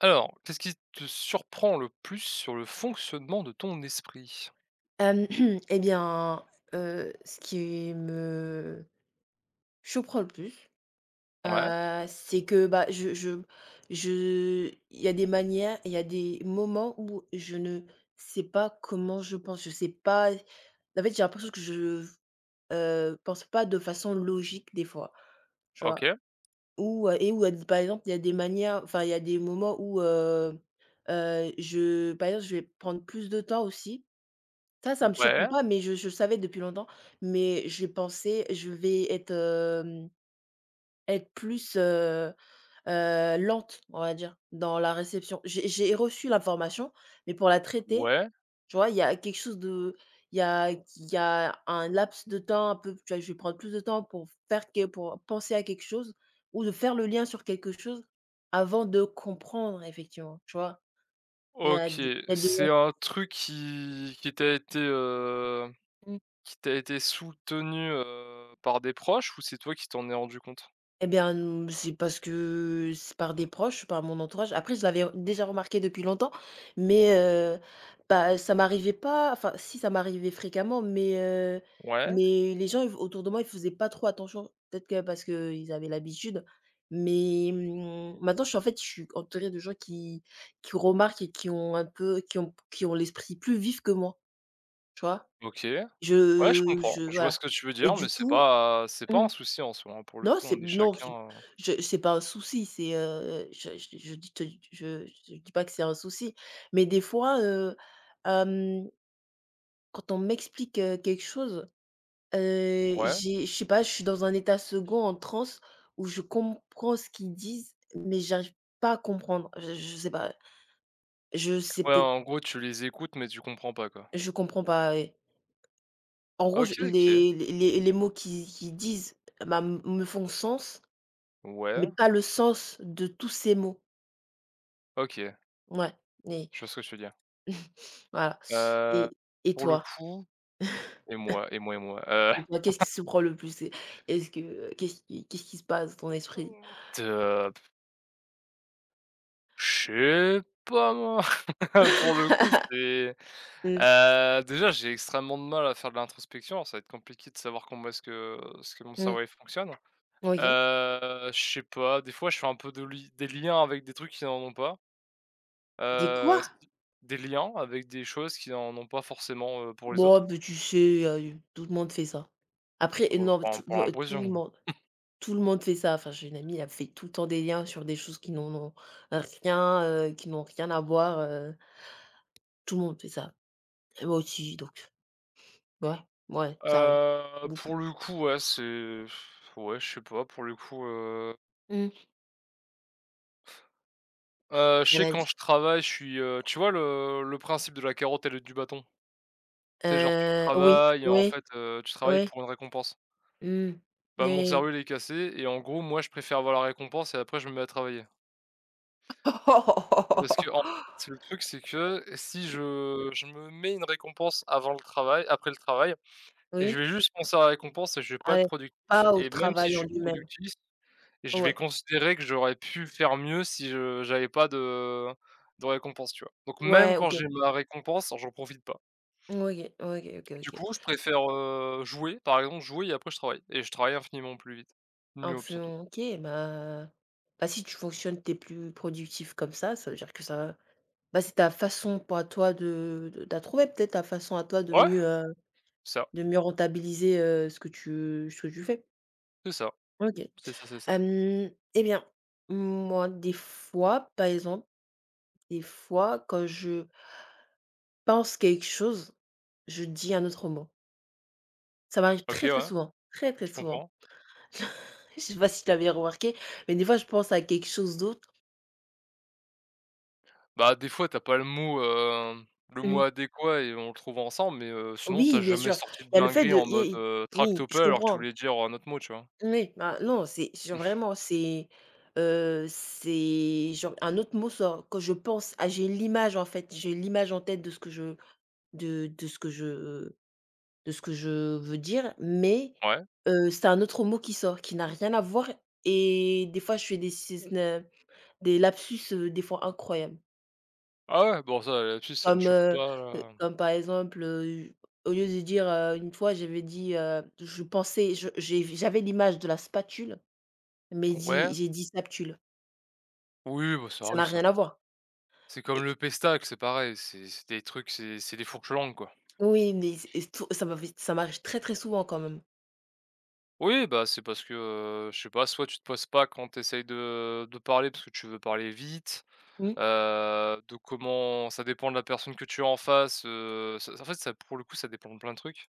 Alors, qu'est-ce qui te surprend le plus sur le fonctionnement de ton esprit? Hem, et bien, ce qui me surprend le plus, Ouais, c'est que, bah, je il y a des manières, il y a des moments où je ne sais pas comment je pense. Je sais pas en fait, j'ai l'impression que je v pense pas de façon logique des fois, tu vois? OK, Ou, par exemple, il y a des moments où, je par exemple, je vais prendre plus de temps aussi. Ça me surprend ouais, pas, mais je le savais depuis longtemps, mais je pensais je vais être, être plus, lente, on va dire, dans la réception. J'ai reçu l'information, mais pour la traiter, ouais, tu vois, il y a quelque chose de il y a un laps de temps un peu, tu vois, je vais prendre plus de temps pour faire que pour penser à quelque chose ou de faire le lien sur quelque chose avant de comprendre effectivement, tu vois? Il y a OK. des il y a des C'est un truc qui qui t'a été soutenu, par des proches ou c'est toi qui t'en es rendu compte? Eh bien, c'est parce que c'est par des proches, par mon entourage. Après, je l'avais déjà remarqué depuis longtemps, mais bah, ça m'arrivait pas enfin si, ça m'arrivait fréquemment, Ouais, mais les gens ils autour de moi, ils faisaient pas trop attention. Peut-être que parce qu'ils avaient l'habitude, mais maintenant, je suis en fait, je suis entourée de gens qui remarquent et qui ont un peu qui ont l'esprit plus vif que moi, tu vois? OK. Ouais, je comprends. Je Je vois ce voilà que tu veux et dire, mais du c'est coup, pas c'est pas un mmh. souci en soi, hein, pour le Non, coup, c'est on est non, chacun, c'est je c'est pas un souci, c'est, je dis pas que c'est un souci, mais des fois, hem, quand on m'explique, quelque chose, ouais, j'ai je sais pas, je suis dans un état second, en transe, où je comprends ce qu'ils disent, mais j'arrive pas à comprendre. Je sais pas, je sais ouais, peut-être en gros, tu les écoutes, mais tu comprends pas, quoi. je comprends pas, ouais. En gros, je OK, OK. les mots qu'ils disent, bah, me font sens, mais Ouais, pas le sens de tous ces mots. OK, Ouais, mais je vois ce que tu veux dire. voilà. Heu, Et et pour le toi? coup et moi et moi et moi, Et toi, qu'est-ce qui se prend le plus? Est-ce que qu'est-ce qui se passe dans ton esprit? de je sais pas moi. Pour le coup, c'est, Mmh. Déjà, j'ai extrêmement de mal à faire de l'introspection, alors ça va être compliqué de savoir comment est-ce que mon Mmh. cerveau, il fonctionne. OK. Je sais pas, des fois, je fais un peu de li des liens avec des trucs qui n'en ont pas, Des quoi? s des liens avec des choses qui n'en ont pas forcément, pour les Bon, autres, ben tu sais, tout le monde fait ça. Après, heu, non, pour pour tout le l'impression. monde fait ça. Enfin, j'ai une amie, elle fait tout le temps des liens sur des choses qui n'en ont rien, qui n'ont rien à voir, tout le monde fait ça. Et moi aussi donc ouais, ouais, ça arrive. Beaucoup. Pour le coup, ouais, je sais pas, pour le coup, Mmh. Je Elle sais a quand dit je travaille, je suis, tu vois le principe de la carotte et le du bâton? Tu sais, genre, tu oui, travailles et en oui, fait, tu travailles oui. pour une récompense. Mmh. Oui. Bah, mon Oui, cerveau, oui. il est cassé et en gros, moi, je préfère avoir la récompense et après, je me mets à travailler. Parce qu'en fait, le truc, c'est que si je me mets une récompense avant le travail après le travail et je vais Oui, juste penser à la récompense et je vais pas être allez, productif pas au et même si travail je en suis lui-même. productif. Et je vais Ouais, considérer que j'aurais pu faire mieux si je j'avais pas de récompense, tu vois? Donc même ouais, quand OK. j'ai ma récompense, j'en profite pas. OK, OK, OK, Du OK. coup, je préfère, jouer, par exemple, jouer et après je travaille et je travaille infiniment plus vite. Myope surtout. Influent OK, bah, bah, si tu fonctionnes, t'es plus productif comme ça veut dire que ça, bah, c'est ta façon pour à toi de tu trouvé peut-être ta façon à toi Ouais, ça, de mieux rentabiliser, ce que tu fais. c'est ça, OK. c'est ça, c'est ça. Eh bien, moi, des fois, par exemple, des fois, quand je pense quelque chose, je dis un autre mot. Ça m'arrive OK, très, très ouais, souvent, très, très je souvent. comprends. Je sais pas si tu l'avais remarqué, mais des fois je pense à quelque chose d'autre. Bah, des fois, tu as pas le mot, le mot Mmh. adéquat et on le trouve ensemble, mais sinon tu as Oui, bien jamais sûr, sorti de il y a le fait dinguerie de en il y a mode, i oui, je tractopelle alors que tu comprends. voulais dire un autre mot, tu vois? Oui, bah, non, c'est genre vraiment, c'est genre un autre mot sort quand je pense ah, j'ai l'image en fait, j'ai l'image en tête de ce que je de ce que je de ce que je veux dire, mais Ouais. C'est un autre mot qui sort, qui n'a rien à voir et des fois je fais des lapsus, des fois incroyables. Ah ouais, bon ça, là-dessus, ça me Comme, choque pas, là. comme par exemple, au lieu de dire, une fois j'avais dit, je pensais je j'ai j'avais l'image de la spatule, mais Ouais. dit j'ai dit spatule. Oui, bah, ça Ça n'a arrive ça. rien à voir. C'est comme Et le pestac, c'est pareil, c'est des trucs, c'est des fourches langues, quoi. oui, mais c'est et tout ça m'a ça m'arrive très, très souvent quand même. Oui, bah, c'est parce que, je sais pas, soit tu te poses pas quand tu essayes de parler parce que tu veux parler vite, Mmh. De comment ça dépend de la personne que tu as en face, ça en fait, ça pour le coup, ça dépend de plein de trucs.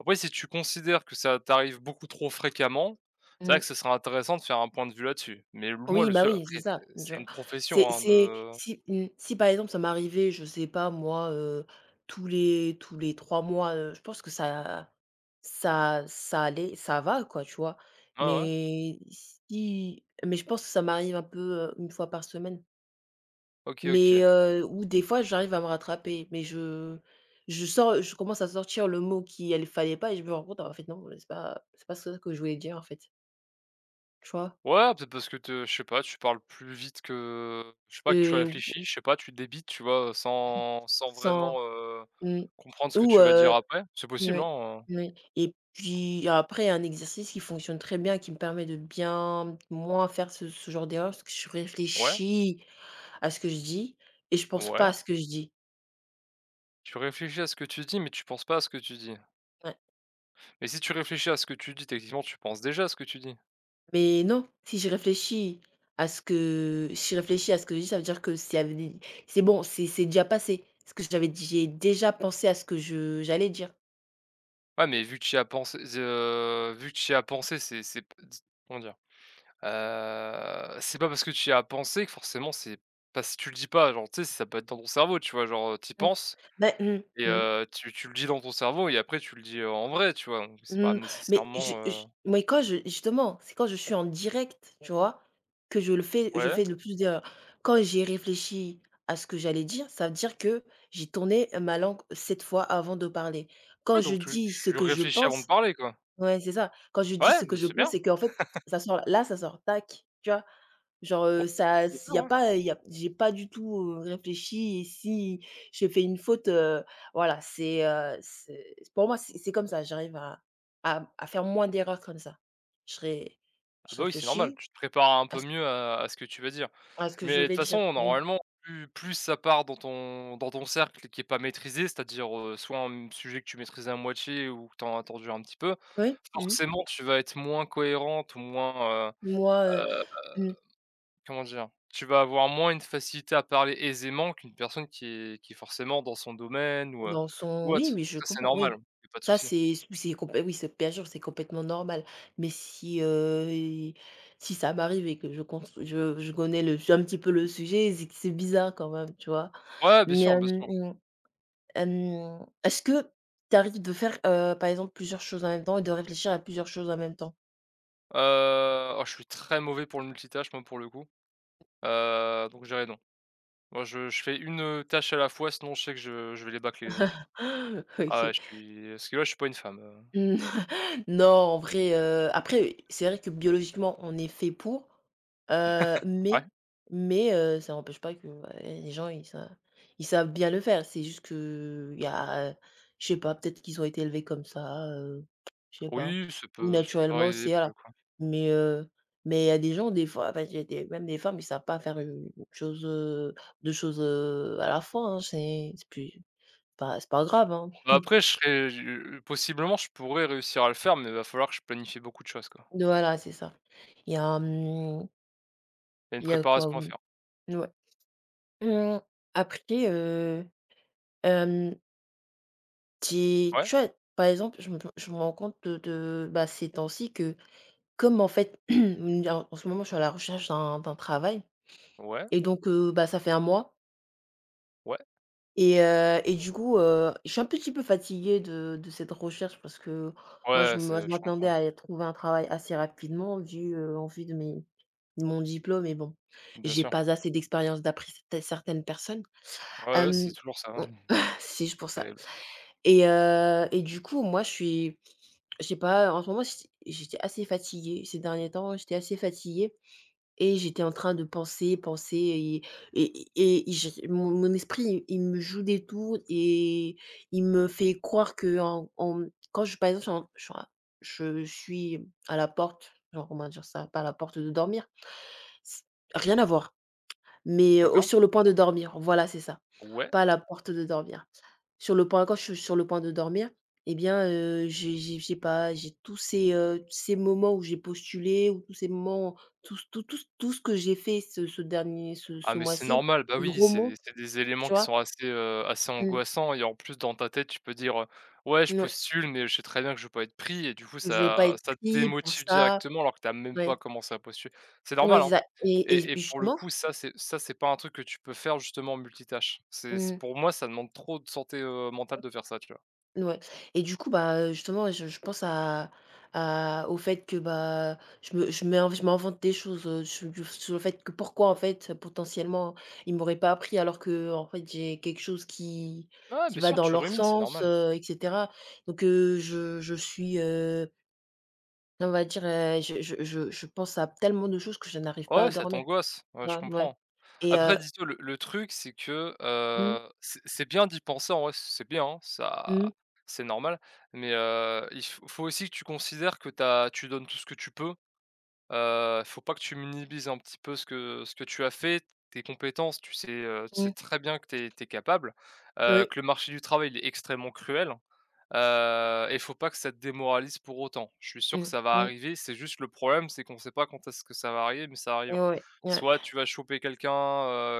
Après, si tu considères que ça t'arrive beaucoup trop fréquemment, c'est vrai Mmh. que ce serait intéressant de faire un point de vue là-dessus. Mais moi, Oui, le bah, seul oui, après, c'est ça, c'est tu c'est vois? une profession, hein, C'est de. si mmh, si par exemple ça m'arrivait, je sais pas moi, tous les 3 mois, je pense que ça ça allait ça va quoi, tu vois? Ah ouais, Mais si mais je pense que ça m'arrive un peu, 1 fois par semaine. OK, OK. Mais ou des fois j'arrive à me rattraper, mais je sors je commence à sortir le mot qui il fallait pas et je me rends compte en fait non, c'est pas ça que je voulais dire en fait, tu vois? Ouais, peut-être parce que te je sais pas, tu parles plus vite que je sais pas, que tu Heu, réfléchis, je sais pas, tu débites, tu vois? Sans sans vraiment, Mmh. comprendre ce que Ou, tu vas dire heu après. C'est possible, mouais, non? Mouais et puis après, un exercice qui fonctionne très bien, qui me permet de bien moins faire ce ce genre d'erreur, parce que je Ouais, réfléchis à ce que je dis et je pense pas ouais. à ce que je dis. Tu réfléchis à ce que tu dis, mais tu penses pas à ce que tu dis. Ouais. Mais si tu réfléchis à ce que tu dis, techniquement, tu penses déjà à ce que tu dis. Mais non, si je réfléchis à ce que si je réfléchis à ce que je dis, ça veut dire que c'est bon, c'est déjà passé. Parce que j'avais dit- j'ai déjà pensé à ce que je j'allais dire. Ouais, mais vu que tu y as pensé, c'est comment dire? C'est pas parce que tu y as pensé que forcément c'est pas si tu le dis pas, genre, tu sais, ça peut être dans ton cerveau, tu vois? Genre, t'y Mmh. penses. Bah, mmh, Et mmh. tu le dis dans ton cerveau et après tu le dis, en vrai, tu vois? Donc c'est pas Mmh, mais nécessairement, je heu mais quand je justement, c'est quand je suis en direct, tu vois? Que je le fais je ouais, fais le plus d'erreurs. Quand j'ai réfléchi à ce que j'allais dire, ça veut dire que j'ai tourné ma langue 7 fois avant de parler. Quand ouais je donc tu dis ce tu que je réfléchis avant de pense, parler, quoi. ouais, c'est ça. Quand je dis Ouais, ce mais que je c'est pense, bien. c'est qu'en fait, ça sort là, ça sort tac, tu vois? Genre, Ouais, ça tu peux il faire, y a ouais. pas y a j'ai pas du tout, réfléchi et si je fais une faute, voilà, c'est pour moi, c'est comme ça. J'arrive à faire moins d'erreurs comme ça. Je ré Ah je bah, oui, c'est normal, réfléchis tu te prépares un à peu ce mieux à ce que tu vas dire. Que je Mais de toute vais dire. façon, Oui. normalement, plus ça part dans ton cercle qui est pas maîtrisé, c'est-à-dire, soit un, sujet que tu maîtrises à moitié ou que tu en as entendu un petit peu, Oui. Mmh. forcément, tu vas être moins cohérente ou moins. Moi, mmh. Comment dire? Tu vas avoir moins une facilité à parler aisément qu'une personne qui est forcément dans son domaine Dans son ou oui, autre. mais je Ça, c'est comprends, normal, oui. y a pas de Ça, souci. C'est complè oui, c'est bien sûr, c'est complètement normal. Mais si, i si ça m'arrive et que je connais le un petit peu le sujet, c'est que c'est bizarre quand même, tu vois? Ouais, bien Mais, sûr, bien sûr. Est-ce que tu arrives de faire, par exemple, plusieurs choses en même temps et de réfléchir à plusieurs choses en même temps? Oh, je suis très mauvais pour le multitâche, moi, pour le coup, donc je dirais non. Moi, je fais une tâche à la fois, sinon je sais que je vais les bâcler les autres. Ah ouais, OK. je suis parce que là, je suis pas une femme, Non, en vrai, après, c'est vrai que biologiquement, on est fait pour, heu, ouais? mais mais ça n'empêche pas que, bah, il des gens, ils savent bien le faire. C'est juste qu'il y a, je sais pas, peut-être qu'ils ont été élevés comme ça, je sais pas, Oui, ça ou peut ça peut naturellement arriver aussi, pour voilà. le coup. Mais heu, mais il y a des gens, des fois, enfin, j'ai des même des femmes, ils savent pas faire une chose, 2 choses, à la fois, hein. C'est plus pas c'est pas grave, hein. Bah, après, je serais je possiblement, je pourrais réussir à le faire, mais il va falloir que je planifie beaucoup de choses, quoi. Voilà, c'est ça. Il y a, mmh. Il y a une Il y a quoi? préparation à Oui. faire. Ouais. Mmh, après, hem, j'ai Ouais, tu vois, par exemple, je me rends compte de, bah, ces temps-ci que comme en fait, en en ce moment, je suis à la recherche d'un travail ouais. et donc bah, ça fait un mois Ouais, et du coup, je suis un petit peu fatiguée de cette recherche parce que moi, ouais, je me c'est je je m'attendais comprends, à trouver un travail assez rapidement vu, en vue de mes de mon diplôme et bon, bien j'ai sûr. pas assez d'expérience d'après certaines personnes. Ouais, ouais, c'est Hem toujours ça, hein, Si, je pour ça terrible. Et du coup, moi, je suis je sais pas, en ce moment, j'étais assez fatiguée ces derniers temps, j'étais assez fatiguée et j'étais en train de penser, penser et je mon mon esprit, il me joue des tours et il me fait croire que quand je par exemple, je suis en je suis à la porte, genre, comment dire ça? Pas à la porte de dormir, c rien à voir. Mais au D'accord. sur le point de dormir, voilà, c'est ça. Ouais. Pas à la porte de dormir. Sur le point quand je suis sur le point de dormir, eh bien, j'ai pas j'ai tous ces, ces moments où j'ai postulé ou tous ces moments, tout ce que j'ai fait ce ce dernier ce Ah ce mais c'est mois-ci, normal, bah qui oui, remonte, c'est des éléments tu qui vois? sont assez, assez Mmh, angoissants et en plus dans ta tête, tu peux dire, «Ouais, je mouais. postule, mais je sais très bien que je vais pas être pris» et du coup Je vais pas ça être ça te pris pour démotive ça, directement alors que tu as même pas ouais. commencé à postuler. C'est Ouais, normal, c'est hein ça et et pour le justement coup, ça c'est pas un truc que tu peux faire justement en multitâche. C'est c mmh. Pour moi, ça demande trop de santé, mentale de faire ça, tu vois? Ouais et du coup, bah, justement, je pense à au fait que, bah, je m'invente des choses, su sur le fait que pourquoi, en fait, potentiellement, ils m'auraient pas appris alors que en fait, j'ai quelque chose Ouais, qui bien va sûr, dans tu leur rumines, c'est sens, normal. Et cetera. Donc je suis, on va dire, je pense à tellement de choses que je n'arrive pas Ouais, à ça dormir, t'angoisse, ouais, tu je ouais comprends. et Après dis-toi le truc c'est que, mmh, c'est bien d'y penser en vrai, c'est bien, hein, ça mmh, c'est normal, mais il faut aussi que tu considères que t'as, tu donnes tout ce que tu peux. Faut pas que tu minimises un petit peu ce que tu as fait, tes compétences, tu sais mmh, très bien que tu es capable, oui, que le marché du travail il est extrêmement cruel. Et il faut pas que ça te démoralise pour autant. Je suis sûr que mmh, ça va mmh, arriver, c'est juste le problème, c'est qu'on sait pas quand est-ce que ça va arriver, mais ça ouais, arrivera. ouais, ouais, Soit tu vas choper quelqu'un,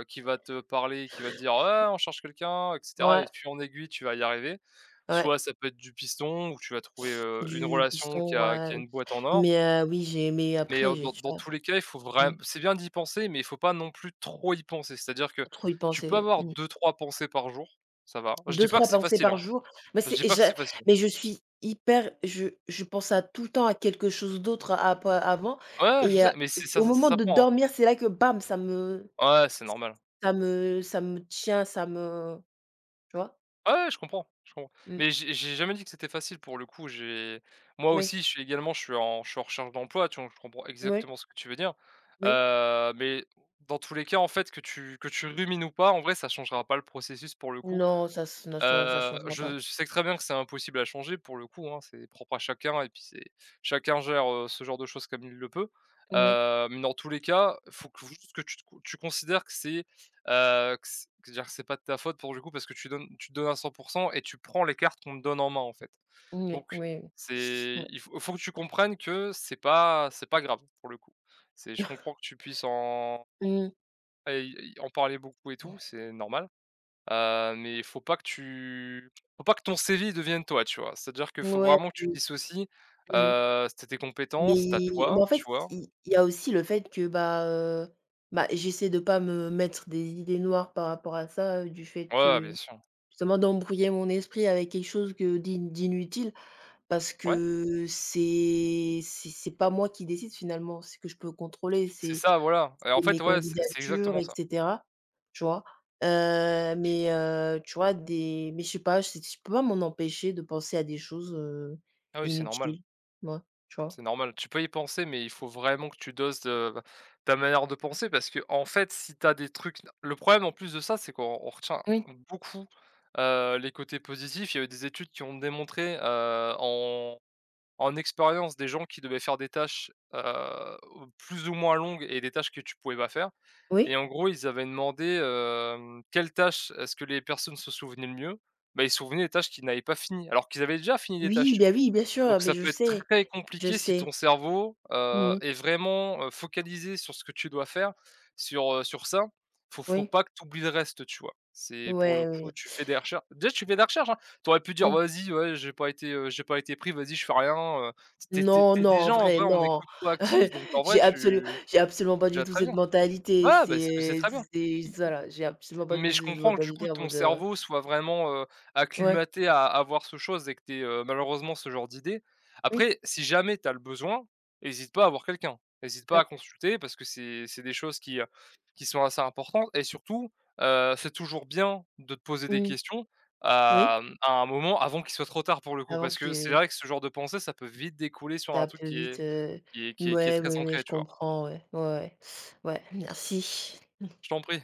qui va te parler, qui va te dire: «Ouais, on cherche quelqu'un» et cetera et de ouais, fil en aiguille, tu vas y arriver. ouais. Soit ça peut être du piston où tu vas trouver, une Du relation qui piston, a qui ouais, a une boîte en or, mais oui, j'ai mais mais, après heu, j'ai dans tu dans vois? tous les cas, il faut Mmh, vraiment. C'est bien d'y penser, mais il faut pas non plus trop y penser. C'est-à-dire que faut trop y tu peux penser. avoir Mmh. deux, trois pensées par jour, ça va. Je dis pas que deux ou trois c'est pensées facile, par hein, jour, mais je c'est dis pas que je c'est facile. mais je suis hyper je pense à tout le temps à quelque chose d'autre à pas avant Ouais, ouais, je et sais, mais c'est c'est ça au ça ça moment de s'apprend, dormir, c'est là que bam, ça me hein. Ouais, c'est normal. ça me ça me tient, ça me tu vois? Ouais, ouais, je comprends, je comprends. Mmh, Mais j'ai jamais dit que c'était facile pour le coup, j'ai moi oui, aussi, je suis également, je suis en recherche d'emploi, tu vois? Je comprends oui, exactement ce que tu veux dire. oui. Mais dans tous les cas, en fait, que tu rumines ou pas, en vrai, ça changera pas le processus pour le coup. Non, ça ç non, ça ça Heu, changera pas. je je sais très bien que c'est impossible à changer pour le coup, hein, c'est propre à chacun et puis c'est chacun gère, ce genre de choses comme il le peut. Moui, Mais dans tous les cas, il faut que juste que tu tu considères que c'est, que c que dire que c'est pas de ta faute pour le coup parce que tu donnes à cent pour 100 et tu prends les cartes qu'on te donne en main, en fait. oui, Donc oui. c'est il faut faut que tu comprennes que c'est pas grave pour le coup. C'est je comprends que tu puisses en Mmh, parler beaucoup et tout, c'est normal. Mais il faut pas que tu faut pas que ton CV devienne toi, tu vois? C'est-à-dire que mmh, faut ouais, vraiment que tu mmh. dissocies, Mmh. C'était tes compétences, t'as Mais toi, en tu fait, vois? Il y a aussi le fait que, bah, bah, j'essaie de pas me mettre des idées noires par rapport à ça, du fait Ouais, que bien sûr. justement d'embrouiller mon esprit avec quelque chose que d'in d'inutile parce Ouais, que c'est pas moi qui décide finalement, c'est que je peux contrôler, c'est ça, voilà et en c'est mes fait, ouais, c'est candidatures exactement et ça. cetera, tu vois? Mais tu vois des mais je sais pas, je peux pas m'en empêcher de penser à des choses, Ah oui, c'est normal, inutiles, moi tu vois? c'est normal. Tu peux y penser, mais il faut vraiment que tu doses, ta manière de penser parce que en fait, si tu as des trucs le problème en plus de ça, c'est qu'on on retient Oui. beaucoup, les côtés positifs. Il y a eu des études qui ont démontré, en en expérience, des gens qui devaient faire des tâches, plus ou moins longues et des tâches que tu pouvais pas faire et Oui? en gros, ils avaient demandé, quelles tâches est-ce que les personnes se souvenaient le mieux? Bah, ils se souvenaient des tâches qu'ils n'avaient pas finies, alors qu'ils avaient déjà fini des tâches, tu vois? Oui, bien sûr, Donc mais ça je peut être sais, très je compliqué si sais. ton cerveau, Mmh. est vraiment, focalisé sur ce que tu dois faire, sur, sur ça. Faut Oui, pas que tu oublies le reste, tu vois? C'est pour le ouais, coup, oui. tu fais des recherches déjà tu fais des recherches, hein. Tu aurais pu dire: Mmh. «Vas-y, ouais, j'ai pas été pris, vas-y, je fais rien», heu, tu es Non, tu non, en déjà en vrai, vrai on non. écoute proactive, donc en vrai J'ai absolu tu j'ai absolument pas déjà du tout très bien. cette mentalité. Ouais, bah, c'est très bien. C'est voilà, j'ai absolument pas du Mais tout je cette comprends que du coup mentalité en ton mode, cerveau soit vraiment, ouais, acclimaté à voir ce chose et que tu malheureusement ce genre d'idée. oui, Après, si jamais tu as le besoin, hésites pas à voir quelqu'un. Hésites pas oui. à consulter parce que c'est des choses qui sont assez importantes et surtout, c'est toujours bien de te poser des Mmh. questions, hem, Oui, à un moment avant qu'il soit trop tard pour le coup. avant Parce que c'est que vrai que ce genre de pensée, ça peut vite découler sur ça un un truc peu qui vite, est qui est qui est qui est ouais, très oui, oui, ancré, je tu vois? comprends, ouais. Ouais, ouais. Ouais, merci. Je t'en prie.